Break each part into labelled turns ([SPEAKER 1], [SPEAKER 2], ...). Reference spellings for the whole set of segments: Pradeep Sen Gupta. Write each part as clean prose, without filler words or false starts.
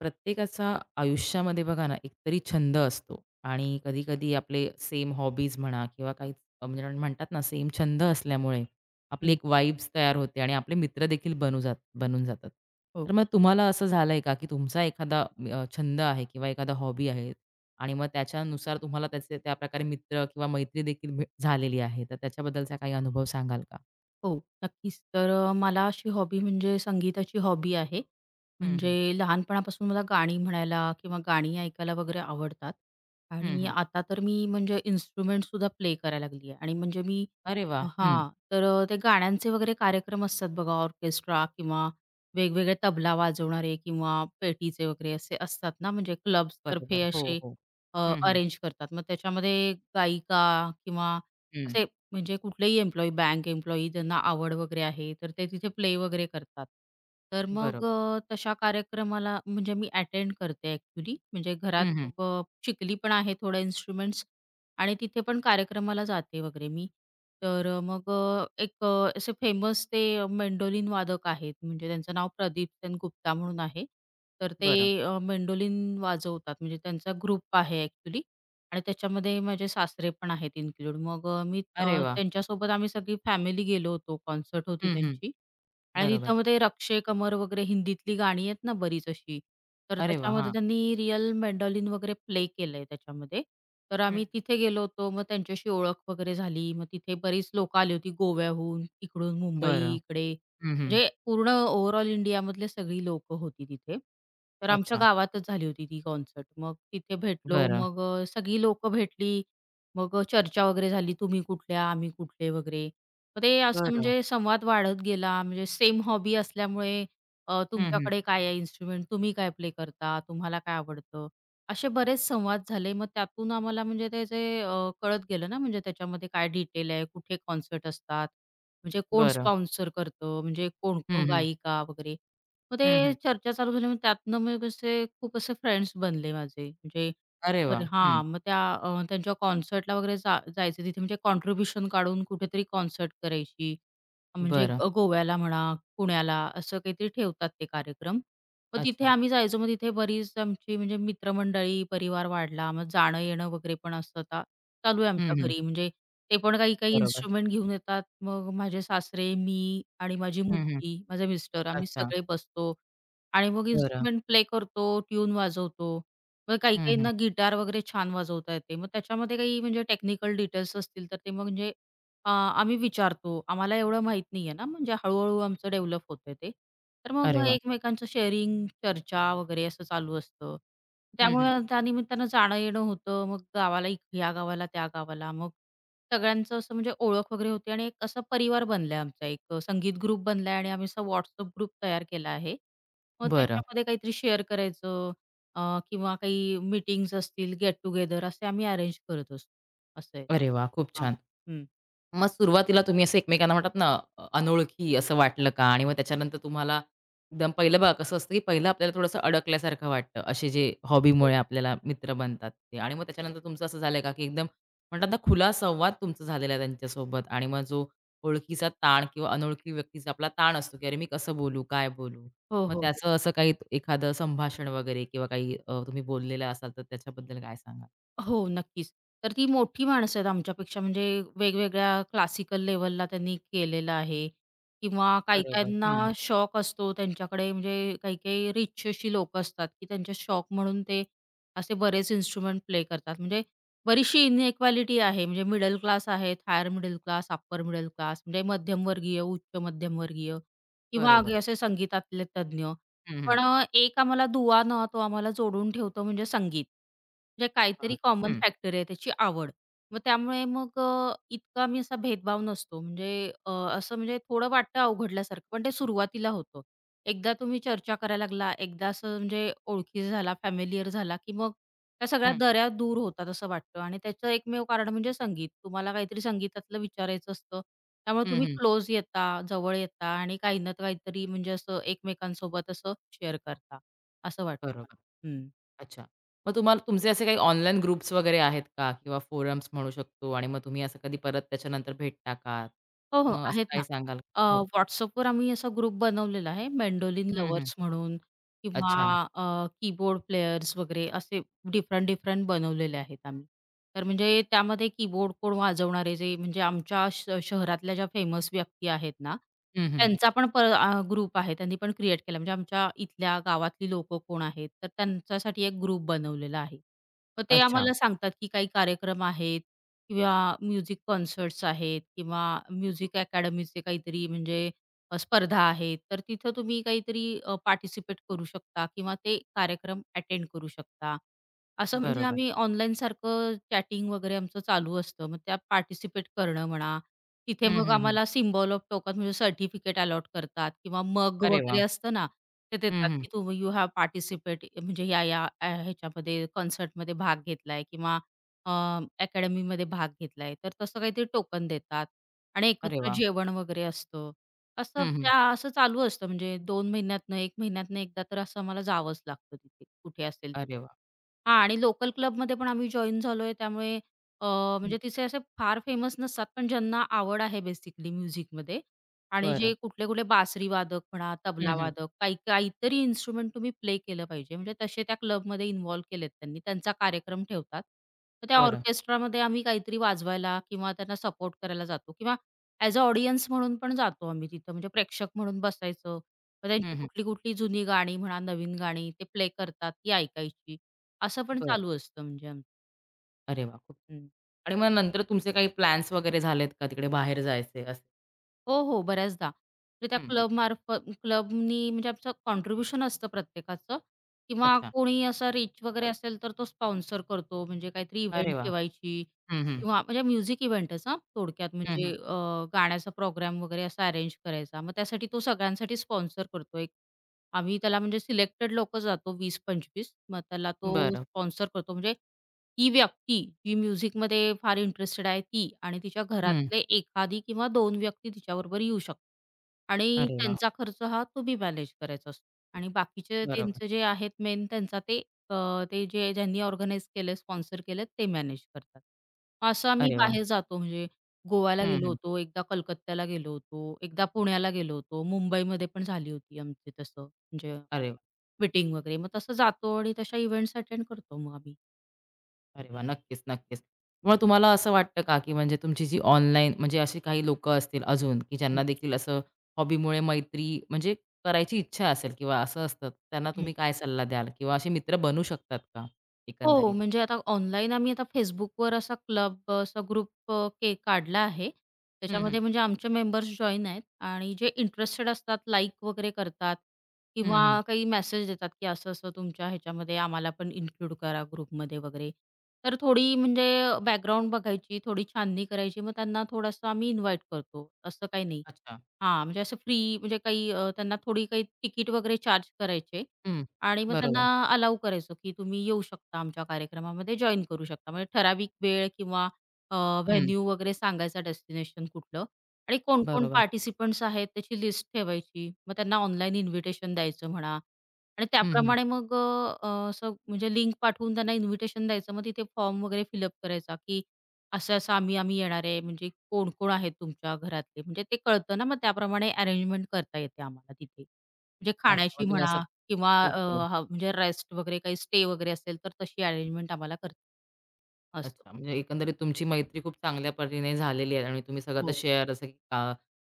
[SPEAKER 1] प्रत्येकाचा आयुष्यामध्ये बघा ना एकतरी छंद असतो आणि कधी-कधी आपले सेम हॉबीज म्हणा किंवा काही म्हणजे आपण म्हणतात ना सेम छंद असल्यामुळे आपली
[SPEAKER 2] हं,
[SPEAKER 1] एक वाइब्स तयार होते आणि आपले मित्र देखील बनून जातात. तर
[SPEAKER 2] हो,
[SPEAKER 1] मग तुम्हाला असं झालंय का, की तुमचा एखादा छंद आहे किंवा एखादा हॉबी आहे आणि मग त्याच्यानुसार तुम्हाला त्याचे त्याप्रकारे मित्र किंवा मैत्री देखील झालेली आहे. तर त्याच्याबद्दलचा काही अनुभव सांगाल का?
[SPEAKER 2] हो, नक्कीच. तर मला अशी हॉबी म्हणजे संगीताची हॉबी आहे.
[SPEAKER 1] हं, हं.
[SPEAKER 2] म्हणजे लहानपणापासून मला गाणी म्हणायला किंवा गाणी ऐकायला वगैरे आवडतात
[SPEAKER 1] हं,
[SPEAKER 2] आणि
[SPEAKER 1] हं.
[SPEAKER 2] आता तर मी म्हणजे इन्स्ट्रुमेंटसुद्धा प्ले करायला लागली आहे आणि म्हणजे मी
[SPEAKER 1] अरे वाह! हं.
[SPEAKER 2] हां, तर ते गाण्यांचे वगैरे कार्यक्रम असतात बघा ऑर्केस्ट्रा किंवा वेगवेगळे तबला वाजवणारे किंवा पेटीचे वगैरे असे असतात ना, म्हणजे क्लब्सतर्फे
[SPEAKER 1] बरोबर. हो,
[SPEAKER 2] असे
[SPEAKER 1] हो. हं, हं.
[SPEAKER 2] अरेंज करतात. मग त्याच्यामध्ये गायिका किंवा
[SPEAKER 1] हं.
[SPEAKER 2] असे म्हणजे कुठलेही एम्प्लॉयी, बँक एम्प्लॉयी ज्यांना आवड वगैरे आहे, तर ते तिथे प्ले वगैरे करतात. तर मग
[SPEAKER 1] बरोबर.
[SPEAKER 2] तशा कार्यक्रमाला म्हणजे मी अटेंड करते ॲक्चुअली. म्हणजे घरात अ, शिकली पण आहे थोडे इन्स्ट्रुमेंट्स आणि तिथे पण कार्यक्रमाला जाते वगैरे मी. तर मग एक असे फेमस ते मेंडोलिन वादक आहेत. म्हणजे त्यांचं नाव प्रदीप सेन गुप्ता म्हणून आहे. तर ते
[SPEAKER 1] बरं.
[SPEAKER 2] मेंडोलिन वाजवतात. म्हणजे त्यांचा ग्रुप आहे ॲक्चुअली. आणि त्याच्यामध्ये माझे सासरे पण आहेत इन्क्लूड. मग मी
[SPEAKER 1] अरे वा,
[SPEAKER 2] त्यांच्यासोबत आम्ही सगळी फॅमिली गेलो होतो. कॉन्सर्ट होती
[SPEAKER 1] हं, हं.
[SPEAKER 2] त्यांची आणि
[SPEAKER 1] बरोबर.
[SPEAKER 2] तिथं मग ते रक्षे कमर वगैरे हिंदीतली गाणी आहेत ना बरीच अशी, तर
[SPEAKER 1] अरे वाह!
[SPEAKER 2] त्याच्यामध्ये
[SPEAKER 1] हां.
[SPEAKER 2] त्यांनी रिअल मेंडॉलिन वगैरे प्ले केलंय त्याच्यामध्ये. तर आम्ही
[SPEAKER 1] हं.
[SPEAKER 2] तिथे गेलो होतो. मग त्यांच्याशी ओळख वगैरे झाली. मग तिथे बरीच लोकं आली होती गोव्याहून, इकडून मुंबई
[SPEAKER 1] बरं.
[SPEAKER 2] इकडे
[SPEAKER 1] हं, हं.
[SPEAKER 2] म्हणजे पूर्ण ओव्हरऑल इंडियामधले सगळी लोकं होती तिथे. तर आमच्या
[SPEAKER 1] अच्छा.
[SPEAKER 2] गावातच झाली होती ती कॉन्सर्ट. मग तिथे भेटलो.
[SPEAKER 1] बरं,
[SPEAKER 2] मग सगळी लोकं भेटली. मग चर्चा वगैरे झाली. तुम्ही कुठल्या, आम्ही कुठले वगैरे. मग ते असं
[SPEAKER 1] बरं.
[SPEAKER 2] म्हणजे संवाद वाढत गेला. म्हणजे सेम हॉबी असल्यामुळे
[SPEAKER 1] हं, हं.
[SPEAKER 2] तुमच्याकडे काय आहे इन्स्ट्रुमेंट, तुम्ही काय प्ले करता, तुम्हाला काय आवडतं, असे बरेच संवाद झाले. मग त्यातून आम्हाला म्हणजे त्याचे कळत गेलं ना म्हणजे त्याच्यामध्ये काय डिटेल आहे, कुठे कॉन्सर्ट असतात. म्हणजे कोण
[SPEAKER 1] बरं.
[SPEAKER 2] स्पॉन्सर करतं, म्हणजे
[SPEAKER 1] हं,
[SPEAKER 2] कोण-कोण
[SPEAKER 1] हं.
[SPEAKER 2] गायिका वगैरे. मग ते
[SPEAKER 1] हं, हं.
[SPEAKER 2] चर्चा चालू झाली, मग त्यातनं मग असे खूप असे फ्रेंड्स बनले माझे. म्हणजे
[SPEAKER 1] अरे
[SPEAKER 2] बरं
[SPEAKER 1] वाह! हं.
[SPEAKER 2] हां, मग त्या त्यांच्या कॉन्सर्टला वगैरे जायचे तिथे म्हणजे कॉन्ट्रिब्युशन काढून कुठेतरी कॉन्सर्ट करायची. म्हणजे
[SPEAKER 1] बरं.
[SPEAKER 2] गोव्याला म्हणा, पुण्याला असं काहीतरी ठेवतात ते कार्यक्रम. मग तिथे
[SPEAKER 1] अच्छा.
[SPEAKER 2] आम्ही जायचो. मग तिथे बरीच आमची म्हणजे मित्रमंडळी, परिवार वाढला. मग जाणं-येणं वगैरे पण असं आता चालू आहे
[SPEAKER 1] हं,
[SPEAKER 2] आमच्या
[SPEAKER 1] हं.
[SPEAKER 2] घरी. म्हणजे ते पण काही-काही
[SPEAKER 1] बरोबर.
[SPEAKER 2] इन्स्ट्रुमेंट घेऊन येतात. मग माझे सासरे, मी आणि माझी
[SPEAKER 1] हं, हं.
[SPEAKER 2] मुलगी, माझे मिस्टर आम्ही
[SPEAKER 1] अच्छा.
[SPEAKER 2] सगळे बसतो आणि मग
[SPEAKER 1] बरं.
[SPEAKER 2] इन्स्ट्रुमेंट प्ले करतो, ट्यून वाजवतो. मग
[SPEAKER 1] हं, हं.
[SPEAKER 2] काही-काहींना गिटार वगैरे छान वाजवता येते. मग त्याच्यामध्ये काही म्हणजे टेक्निकल डिटेल्स असतील तर ते मग म्हणजे आम्ही विचारतो. आम्हाला एवढं माहीत नाहीये ना, म्हणजे हळू आमचं डेव्हलप होतंय ते. तर
[SPEAKER 1] अरे
[SPEAKER 2] मग
[SPEAKER 1] वा,
[SPEAKER 2] एकमेकांचं शेअरिंग, चर्चा वगैरे असं चालू असतं.
[SPEAKER 1] हं,
[SPEAKER 2] त्यामुळे
[SPEAKER 1] हं.
[SPEAKER 2] त्या निमित्तानं जाणं-येणं होतं. मग गावाला, ह्या गावाला, त्या गावाला मग सगळ्यांचं असं म्हणजे ओळख वगैरे होती आणि एक असा परिवार बनलाय आमचा एक संगीत ग्रुप बनलाय आणि आम्ही असा WhatsApp ग्रुप तयार केला आहे. मग
[SPEAKER 1] बरं.
[SPEAKER 2] त्याच्यामध्ये काहीतरी शेअर करायचं अ, किंवा काही मीटिंग्ज असतील, गेट टुगेदर असे आम्ही अरेंज करत असतो. असं आहे.
[SPEAKER 1] अरे वाह! खूप
[SPEAKER 2] हां.
[SPEAKER 1] छान.
[SPEAKER 2] हं.
[SPEAKER 1] मग सुरुवातीला तुम्ही असं एकमेकांना म्हणतात ना, अनोळखी असं वाटलं का? आणि मग त्याच्यानंतर तुम्हाला एकदम पहिलं बघा कसं असतं, की पहिलं आपल्याला थोडंसं अडकल्यासारखं वाटतं. असे जे
[SPEAKER 2] हो.
[SPEAKER 1] हॉबीमुळे आपल्याला मित्र बनतात ते. आणि मग त्याच्यानंतर तुमचं असं झालंय का, की एकदम म्हणतात ना, खुला संवाद तुमचा झालेला आहे त्यांच्यासोबत आणि मग जो ओळखीचा ताण किंवा अनोळखी व्यक्तीचा आपला ताण असतो, की "अरे, मी कसं बोलू? काय बोलू?"
[SPEAKER 2] हो,
[SPEAKER 1] मग
[SPEAKER 2] हो, हो.
[SPEAKER 1] त्याचं असं काही एखादं संभाषण वगैरे किंवा काही तुम्ही बोललेलं असाल, तर त्याच्याबद्दल काय सांगाल?
[SPEAKER 2] हो, नक्कीच. तर ती मोठी माणसं आहेत आमच्यापेक्षा म्हणजे वेगवेगळ्या क्लासिकल लेव्हलला त्यांनी केलेलं आहे किंवा
[SPEAKER 1] बरोबर.
[SPEAKER 2] काही-काहींना
[SPEAKER 1] हं.
[SPEAKER 2] शौक असतो त्यांच्याकडे म्हणजे काही-काही रिच अशी लोकं असतात, की त्यांचे शौक म्हणून ते असे बरेच इन्स्ट्रुमेंट प्ले करतात. म्हणजे बरीचशी इनइक्वालिटी आहे. म्हणजे मिडल क्लास आहेत, higher middle class, upper middle class म्हणजे मध्यमवर्गीय, उच्च मध्यमवर्गीय किंवा आगे
[SPEAKER 1] बरोबर.
[SPEAKER 2] असे संगीतातले तज्ञ.
[SPEAKER 1] हं, हं.
[SPEAKER 2] पण एक आम्हाला दुवा ना तो आम्हाला जोडून ठेवतो म्हणजे संगीत. म्हणजे काहीतरी
[SPEAKER 1] हां.
[SPEAKER 2] कॉमन
[SPEAKER 1] हं.
[SPEAKER 2] फॅक्टर आहे त्याची आवड. मग त्यामुळे मग इतका आम्ही असा भेदभाव नसतो. म्हणजे असं म्हणजे थोडं वाटतं अवघडल्यासारखं, पण ते सुरुवातीला होतं. एकदा तुम्ही चर्चा करायला लागला, एकदा असं म्हणजे ओळखी झाला, फॅमिलियर झाला, की मग त्या सगळ्या
[SPEAKER 1] हं,
[SPEAKER 2] दऱ्या दूर होतात असं वाटतं आणि त्याचं एकमेव कारण म्हणजे संगीत. तुम्हाला काहीतरी संगीतातलं विचारायचं असतं त्यामुळे
[SPEAKER 1] हं,
[SPEAKER 2] तुम्ही
[SPEAKER 1] हं.
[SPEAKER 2] क्लोज येता, जवळ येता आणि काही ना काहीतरी म्हणजे असं एकमेकांसोबत असं शेअर करता, असं वाटतं मला.
[SPEAKER 1] बरोबर.
[SPEAKER 2] हं.
[SPEAKER 1] अच्छा. मग तुम्हाला तुमचे असे काही ऑनलाईन ग्रुप्स वगैरे आहेत का? किंवा फोरम्स म्हणू शकतो आणि मग तुम्ही असं कधी परत त्याच्यानंतर भेटता का?
[SPEAKER 2] हो, हो.
[SPEAKER 1] मग असं
[SPEAKER 2] आहेत
[SPEAKER 1] काही
[SPEAKER 2] ना.
[SPEAKER 1] सांगाल?
[SPEAKER 2] अ,
[SPEAKER 1] हो.
[SPEAKER 2] WhatsAppवर आम्ही असा ग्रुप बनवलेला आहे मेंडोलिन
[SPEAKER 1] हं, हं.
[SPEAKER 2] लवर्स म्हणून
[SPEAKER 1] अच्छा.
[SPEAKER 2] किंवा कीबोर्ड प्लेयर्स वगैरे असे डिफरंट डिफरंट बनवलेले आहेत आम्ही. तर म्हणजे त्यामध्ये कीबोर्ड कोण वाजवणारे जे म्हणजे आमच्या शहरातल्या ज्या फेमस व्यक्ती आहेत ना,
[SPEAKER 1] हं, हं.
[SPEAKER 2] त्यांचा पण ग्रुप आहे. त्यांनी पण क्रिएट केला. म्हणजे आमच्या इथल्या गावातली लोकं कोण आहेत, तर त्यांच्यासाठी एक ग्रुप बनवलेला आहे. मग ते
[SPEAKER 1] अच्छा.
[SPEAKER 2] आम्हाला सांगतात की काही कार्यक्रम आहेत किंवा म्युझिक कॉन्सर्ट्स आहेत किंवा म्युझिक अकॅडमीचे काहीतरी म्हणजे स्पर्धा आहेत, तर तिथं तुम्ही काहीतरी पार्टिसिपेट करू शकता किंवा ते कार्यक्रम अटेंड करू शकता. असं म्हणजे
[SPEAKER 1] बरोबर.
[SPEAKER 2] आम्ही ऑनलाईनसारखं चॅटिंग वगैरे आमचं चालू असतं. मग त्यात पार्टिसिपेट करणं म्हणा, तिथे
[SPEAKER 1] हं,
[SPEAKER 2] मग
[SPEAKER 1] हं, हं.
[SPEAKER 2] आम्हाला सिम्बॉल ऑफ टोकन म्हणजे सर्टिफिकेट अलॉट करतात किंवा मग
[SPEAKER 1] अरे
[SPEAKER 2] वगैरे
[SPEAKER 1] वाह!
[SPEAKER 2] असतं ना, ते
[SPEAKER 1] हं,
[SPEAKER 2] देतात
[SPEAKER 1] हं.
[SPEAKER 2] की तुम्ही यू हॅव पार्टिसिपेट म्हणजे या, या ह्याच्यामध्ये कॉन्सर्टमध्ये भाग घेतलाय किंवा अ, अकॅडमीमध्ये भाग घेतलाय, तर तसं काहीतरी टोकन देतात आणि
[SPEAKER 1] अरे
[SPEAKER 2] एकत्र
[SPEAKER 1] वाह!
[SPEAKER 2] जेवण वगैरे असतं. असं
[SPEAKER 1] हं, हं.
[SPEAKER 2] त्या असं चालू असतं म्हणजे 2 महिन्यातनं, 1 महिन्यातनं एकदा तर असं आम्हाला जावंच लागतं तिथे, कुठे असेल
[SPEAKER 1] अरे
[SPEAKER 2] तिथे.
[SPEAKER 1] वाह!
[SPEAKER 2] हां आणि लोकल क्लबमध्ये पण आम्ही जॉइन झालोय त्यामुळे अ,
[SPEAKER 1] हं.
[SPEAKER 2] म्हणजे तिथे असे फार फेमस नसतात, पण ज्यांना आवड आहे बेसिकली म्युझिकमध्ये आणि जे
[SPEAKER 1] बरं.
[SPEAKER 2] कुठले-कुठले बासरी वादक म्हणा,
[SPEAKER 1] हं,
[SPEAKER 2] तबला
[SPEAKER 1] हं.
[SPEAKER 2] वादक, काही काहीतरी इन्स्ट्रुमेंट तुम्ही प्ले केलं पाहिजे. म्हणजे तसे त्या क्लबमध्ये इन्व्हॉल्व केलेत त्यांनी. त्यांचा कार्यक्रम ठेवतात. तर त्या
[SPEAKER 1] बरं.
[SPEAKER 2] ऑर्केस्ट्रामध्ये आम्ही काहीतरी वाजवायला किंवा त्यांना सपोर्ट करायला जातो किंवा ॲज अ ऑडियन्स म्हणून पण जातो आम्ही तिथं. म्हणजे प्रेक्षक म्हणून बसायचं. मग
[SPEAKER 1] हं,
[SPEAKER 2] त्यांची
[SPEAKER 1] हं.
[SPEAKER 2] कुठली-कुठली जुनी गाणी म्हणा, नवीन गाणी ते प्ले करतात, ती ऐकायची. असं पण
[SPEAKER 1] बरं.
[SPEAKER 2] चालू असतं म्हणजे आमचं.
[SPEAKER 1] अरे वाह! खूप
[SPEAKER 2] हं.
[SPEAKER 1] आणि मग नंतर तुमचे काही प्लॅन्स वगैरे झालेत का तिकडे बाहेर जायचे असे?
[SPEAKER 2] हो, हो, बऱ्याचदा. म्हणजे त्या
[SPEAKER 1] हं.
[SPEAKER 2] क्लबमार्फत क्लबनी म्हणजे आमचं कॉन्ट्रिब्युशन असतं प्रत्येकाचं किंवा
[SPEAKER 1] अच्छा.
[SPEAKER 2] कोणी असा रिच वगैरे असेल, तर तो स्पॉन्सर करतो. म्हणजे काहीतरी
[SPEAKER 1] अरे
[SPEAKER 2] इव्हेंट
[SPEAKER 1] वाह!
[SPEAKER 2] ठेवायची
[SPEAKER 1] हं, हं.
[SPEAKER 2] किंवा म्हणजे म्युझिक इव्हेंटच हां, थोडक्यात
[SPEAKER 1] हं,
[SPEAKER 2] म्हणजे
[SPEAKER 1] हं.
[SPEAKER 2] गाण्याचा प्रोग्राम वगैरे असा अरेंज करायचा. मग त्यासाठी तो सगळ्यांसाठी स्पॉन्सर करतो एक. आम्ही त्याला म्हणजे सिलेक्टेड लोकं जातो 20-25 मग त्याला तो
[SPEAKER 1] बरं.
[SPEAKER 2] स्पॉन्सर करतो. म्हणजे ती व्यक्ती जी म्युझिकमध्ये फार इंटरेस्टेड आहे ती आणि तिच्या
[SPEAKER 1] हं.
[SPEAKER 2] घरातले एखादी किंवा दोन व्यक्ती तिच्याबरोबर येऊ शकतात आणि
[SPEAKER 1] अरे वाह!
[SPEAKER 2] त्यांचा खर्च हा तुम्ही मॅनेज करायचा असतो आणि बाकीचे
[SPEAKER 1] बरोबर.
[SPEAKER 2] त्यांचे जे आहेत मेन त्यांचा ते अ, ते जे ज्यांनी ऑर्गनाइज केलं, स्पॉन्सर केलं ते मॅनेज करतात. असं आम्ही
[SPEAKER 1] अरे वाह!
[SPEAKER 2] बाहेर जातो म्हणजे गोव्याला
[SPEAKER 1] हं,
[SPEAKER 2] गेलो
[SPEAKER 1] हं.
[SPEAKER 2] होतो, एकदा कलकत्त्याला गेलो होतो, एकदा पुण्याला गेलो होतो, मुंबईमध्ये पण झाली होती आमची तसं म्हणजे
[SPEAKER 1] अरे वाह!
[SPEAKER 2] मीटिंग वगैरे. मग तसं जातो आणि तशा इव्हेंट्स अटेंड करतो मग आम्ही.
[SPEAKER 1] अरे वाह! नक्कीच, नक्कीच. मग तुम्हाला असं वाटतं का, की म्हणजे तुमची जी ऑनलाईन म्हणजे अशी काही लोकं असतील अजून, की
[SPEAKER 2] हं.
[SPEAKER 1] ज्यांना देखील असं हॉबीमुळे मैत्री म्हणजे करायची इच्छा असेल किंवा असं असतं, त्यांना तुम्ही काय सल्ला द्याल? किंवा असे मित्र बनू शकतात का
[SPEAKER 2] हो,
[SPEAKER 1] एकंदरीत?
[SPEAKER 2] म्हणजे आता ऑनलाईन आम्ही आता Facebookवर असा क्लब असा ग्रुप काढला आहे.
[SPEAKER 1] हं, हं.
[SPEAKER 2] त्याच्यामध्ये म्हणजे आमचे मेंबर्स जॉइन आहेत आणि जे इंटरेस्टेड असतात लाईक वगैरे करतात
[SPEAKER 1] हं, हं.
[SPEAKER 2] किंवा काही मेसेज देतात, की असं-असं तुमच्या ह्याच्यामध्ये आम्हाला पण इन्क्लूड करा ग्रुपमध्ये वगैरे. तर थोडी म्हणजे बॅकग्राऊंड बघायची, थोडी छाननी करायची, मग त्यांना थोडंसं आम्ही इन्व्हाईट करतो, असं काही नाही.
[SPEAKER 1] अच्छा.
[SPEAKER 2] हां, म्हणजे असं फ्री म्हणजे काही त्यांना थोडी काही तिकीट वगैरे चार्ज करायचे
[SPEAKER 1] हं.
[SPEAKER 2] आणि मग त्यांना
[SPEAKER 1] बरोबर.
[SPEAKER 2] अलाऊ करायचो, की तुम्ही येऊ शकता आमच्या कार्यक्रमामध्ये जॉइन करू शकता. म्हणजे ठराविक वेळ किंवा अ,
[SPEAKER 1] हं.
[SPEAKER 2] व्हेन्यू वगैरे सांगायचा डेस्टिनेशन कुठलं आणि कोण-कोण
[SPEAKER 1] बरोबर.
[SPEAKER 2] पार्टिसिपंट्स आहेत त्याची लिस्ट ठेवायची. मग त्यांना ऑनलाईन इन्व्हिटेशन द्यायचं म्हणा आणि
[SPEAKER 1] हं, हं.
[SPEAKER 2] त्याप्रमाणे मग असं म्हणजे लिंक पाठवून त्यांना इन्व्हिटेशन द्यायचं. मग तिथे फॉर्म वगैरे फिलअप करायचा, की असं-असं आम्ही येणार आहे, म्हणजे कोण-कोण आहेत तुमच्या घरातले? म्हणजे ते कळतं ना, मग त्याप्रमाणे अरेंजमेंट करता येते आम्हाला तिथे. म्हणजे
[SPEAKER 1] अच्छा.
[SPEAKER 2] खाण्याची
[SPEAKER 1] मग तुम्ही असं
[SPEAKER 2] म्हणा किंवा
[SPEAKER 1] ओके.
[SPEAKER 2] हो. हा म्हणजे रेस्ट वगैरे काही स्टे वगैरे असेल, तर तशी अरेंजमेंट आम्हाला करते असं.
[SPEAKER 1] अच्छा, म्हणजे एकंदरीत तुमची मैत्री खूप चांगल्या परीने झालेली आहे आणि तुम्ही सगळं आता
[SPEAKER 2] हो.
[SPEAKER 1] शेअर असं की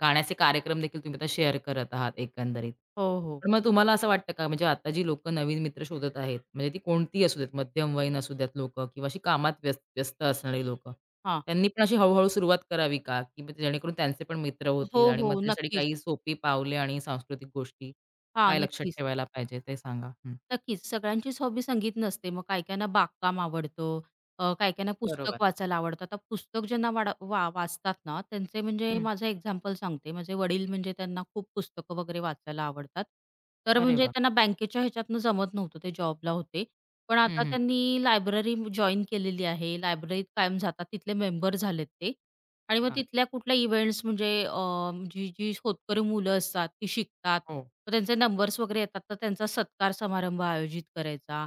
[SPEAKER 1] गाण्याचे कार्यक्रम देखील तुम्ही आता शेअर करत आहात एकंदरीत.
[SPEAKER 2] हो, हो.
[SPEAKER 1] पण मग तुम्हाला असं वाटतं का, म्हणजे आता जी लोकं नवीन मित्र शोधत आहेत, म्हणजे ती कोणतीही असू देत, मध्यमवयीन असू द्यात लोकं किंवा अशी कामात व्यस्त व्यस्त असणारी लोकं,
[SPEAKER 2] हां.
[SPEAKER 1] त्यांनी पण अशी हळू सुरुवात करावी का? की मग जेणेकरून त्यांचे पण मित्र
[SPEAKER 2] हो,
[SPEAKER 1] होतील आणि मग
[SPEAKER 2] हो.
[SPEAKER 1] त्याच्यासाठी
[SPEAKER 2] नक्कीच.
[SPEAKER 1] काही सोपी पावले आणि सांस्कृतिक गोष्टी
[SPEAKER 2] हां,
[SPEAKER 1] काय लक्षात
[SPEAKER 2] नक्कीच.
[SPEAKER 1] ठेवायला पाहिजे ते सांगा? हं,
[SPEAKER 2] नक्कीच. सगळ्यांचीच हॉबी संगीत नसते. मग काही-काहींना बागकाम आवडतं, काही-काहींना पुस्तक
[SPEAKER 1] बरोबर.
[SPEAKER 2] वाचायला आवडतं. आता पुस्तक ज्यांना वाडा वा वाचतात ना, त्यांचे म्हणजे
[SPEAKER 1] हं,
[SPEAKER 2] माझं एक्झाम्पल सांगते. माझे वडील म्हणजे त्यांना खूप पुस्तकं वगैरे वाचायला आवडतात. तर
[SPEAKER 1] अरे
[SPEAKER 2] म्हणजे
[SPEAKER 1] वाह!
[SPEAKER 2] त्यांना बँकेच्या ह्याच्यातनं जमत नव्हतं, ते जॉबला होते. पण
[SPEAKER 1] हं,
[SPEAKER 2] आता
[SPEAKER 1] हं.
[SPEAKER 2] त्यांनी लायब्ररी जॉइन केलेली आहे. लायब्ररीत कायम जातात, तिथले मेंबर झालेत ते. आणि मग
[SPEAKER 1] हां.
[SPEAKER 2] तिथल्या कुठल्या इव्हेंट्स म्हणजे जी जी होतकरू मुलं असतात ती शिकतात.
[SPEAKER 1] हो,
[SPEAKER 2] मग त्यांचे नंबर्स वगैरे येतात, तर त्यांचा सत्कार समारंभ आयोजित करायचा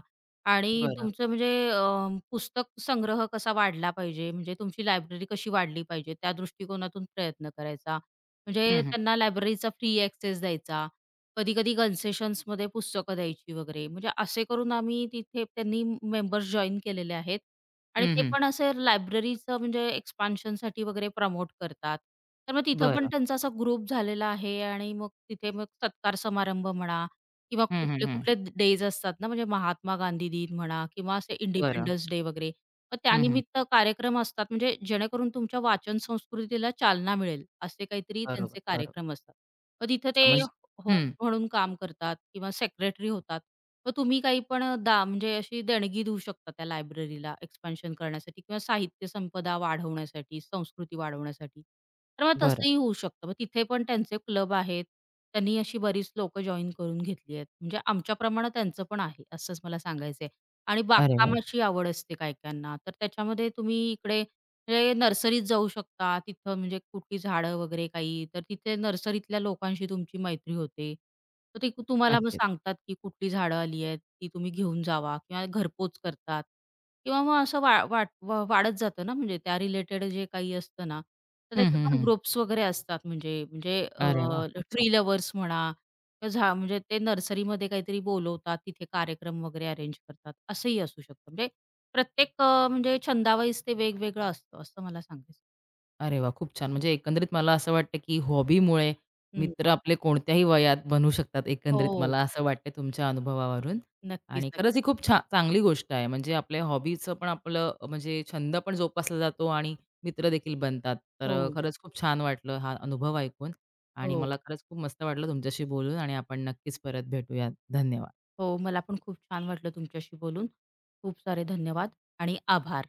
[SPEAKER 2] आणि
[SPEAKER 1] बरं.
[SPEAKER 2] तुमचं म्हणजे पुस्तक संग्रह कसा वाढला पाहिजे, म्हणजे तुमची लायब्ररी कशी वाढली पाहिजे, त्या दृष्टिकोनातून प्रयत्न करायचा.
[SPEAKER 1] हं,
[SPEAKER 2] म्हणजे
[SPEAKER 1] हं.
[SPEAKER 2] त्यांना लायब्ररीचा फ्री ॲक्सेस द्यायचा. कधी-कधी कन्सेशन्समध्ये पुस्तकं द्यायची वगैरे. म्हणजे असे करून आम्ही तिथे त्यांनी मेंबर्स जॉइन केलेले आहेत. आणि
[SPEAKER 1] हं,
[SPEAKER 2] ते
[SPEAKER 1] हं.
[SPEAKER 2] पण असे लायब्ररीचं म्हणजे एक्सपान्शनसाठी वगैरे प्रमोट करतात. तर मग तिथं पण
[SPEAKER 1] बरं.
[SPEAKER 2] त्यांचा असा ग्रुप झालेला आहे आणि मग तिथे मग सत्कार समारंभ म्हणा किंवा
[SPEAKER 1] हं, हं, हं.
[SPEAKER 2] कुठले-कुठले डेज असतात ना, म्हणजे महात्मा गांधी दिन म्हणा किंवा असे
[SPEAKER 1] बरं.
[SPEAKER 2] इंडिपेंडन्स डे वगैरे. मग
[SPEAKER 1] हं, हं.
[SPEAKER 2] त्यानिमित्त कार्यक्रम असतात म्हणजे जेणेकरून तुमच्या वाचन संस्कृतीला चालना मिळेल, असे काहीतरी
[SPEAKER 1] बरोबर,
[SPEAKER 2] त्यांचे
[SPEAKER 1] बरोबर.
[SPEAKER 2] कार्यक्रम असतात. मग तिथं
[SPEAKER 1] अच्छा
[SPEAKER 2] ते
[SPEAKER 1] म्हणजे
[SPEAKER 2] होस्ट
[SPEAKER 1] हं.
[SPEAKER 2] म्हणून काम करतात किंवा सेक्रेटरी होतात. मग तुम्ही काही पण म्हणजे अशी देणगी देऊ शकता त्या लायब्ररीला एक्सपान्शन करण्यासाठी किंवा साहित्य संपदा वाढवण्यासाठी, संस्कृती वाढवण्यासाठी. तर मग
[SPEAKER 1] बरं.
[SPEAKER 2] तसंही होऊ शकतं. मग तिथे पण त्यांचे क्लब आहेत. त्यांनी अशी बरीच लोकं जॉइन करून घेतली आहेत. म्हणजे आमच्याप्रमाणे त्यांचं पण आहे असंच मला सांगायचंय. आणि
[SPEAKER 1] अरे वाह!
[SPEAKER 2] बागकामाची आवड असते काही-काहींना. तर त्याच्यामध्ये तुम्ही इकडे म्हणजे नर्सरीत जाऊ शकता. तिथं म्हणजे कुठली झाडं वगैरे काही, तर तिथे नर्सरीतल्या लोकांशी तुमची मैत्री होते. तर ते तुम्हाला मग
[SPEAKER 1] नक्कीच.
[SPEAKER 2] सांगतात, की कुठली झाडं आली आहेत, ती तुम्ही घेऊन जावा किंवा घरपोच करतात किंवा मग असं वा वाट व वाढत जातं ना, म्हणजे त्या रिलेटेड जे काही असतं ना, तर
[SPEAKER 1] हं,
[SPEAKER 2] त्याचे
[SPEAKER 1] हं,
[SPEAKER 2] पण
[SPEAKER 1] हं.
[SPEAKER 2] ग्रुप्स वगैरे असतात म्हणजे म्हणजे
[SPEAKER 1] अरे वाह! खूप छान.
[SPEAKER 2] ट्री लव्हर्स म्हणा किंवा म्हणजे ते नर्सरीमध्ये काहीतरी बोलवतात, तिथे कार्यक्रम वगैरे अरेंज करतात, असंही असू शकतं. म्हणजे प्रत्येक म्हणजे छंदावाईज ते वेगवेगळं असतं असं मला सांगायचं
[SPEAKER 1] अरे वाह! खूप छान. म्हणजे एकंदरीत मला असं वाटतं, की हॉबीमुळे
[SPEAKER 2] हं.
[SPEAKER 1] मित्र आपले कोणत्याही वयात बनू शकतात एकंदरीत
[SPEAKER 2] हो.
[SPEAKER 1] मला असं वाटतं तुमच्या अनुभवावरून.
[SPEAKER 2] नक्कीच,
[SPEAKER 1] आणि
[SPEAKER 2] नक्कीच.
[SPEAKER 1] खरंच ही खूप छान चांगली गोष्ट आहे. म्हणजे आपल्या हॉबीचं पण आपलं म्हणजे छंद पण जोपासला जातो आणि मित्र देखील बनतात. तर
[SPEAKER 2] हो,
[SPEAKER 1] खरंच खूप छान वाटलं हा अनुभव ऐकून आणि
[SPEAKER 2] हो,
[SPEAKER 1] मला खरंच खूप मस्त वाटलं तुमच्याशी बोलून आणि आपण नक्कीच परत भेटूयात. धन्यवाद.
[SPEAKER 2] हो. मला पण खूप छान वाटलं तुमच्याशी बोलून. खूप सारे धन्यवाद आणि आभार.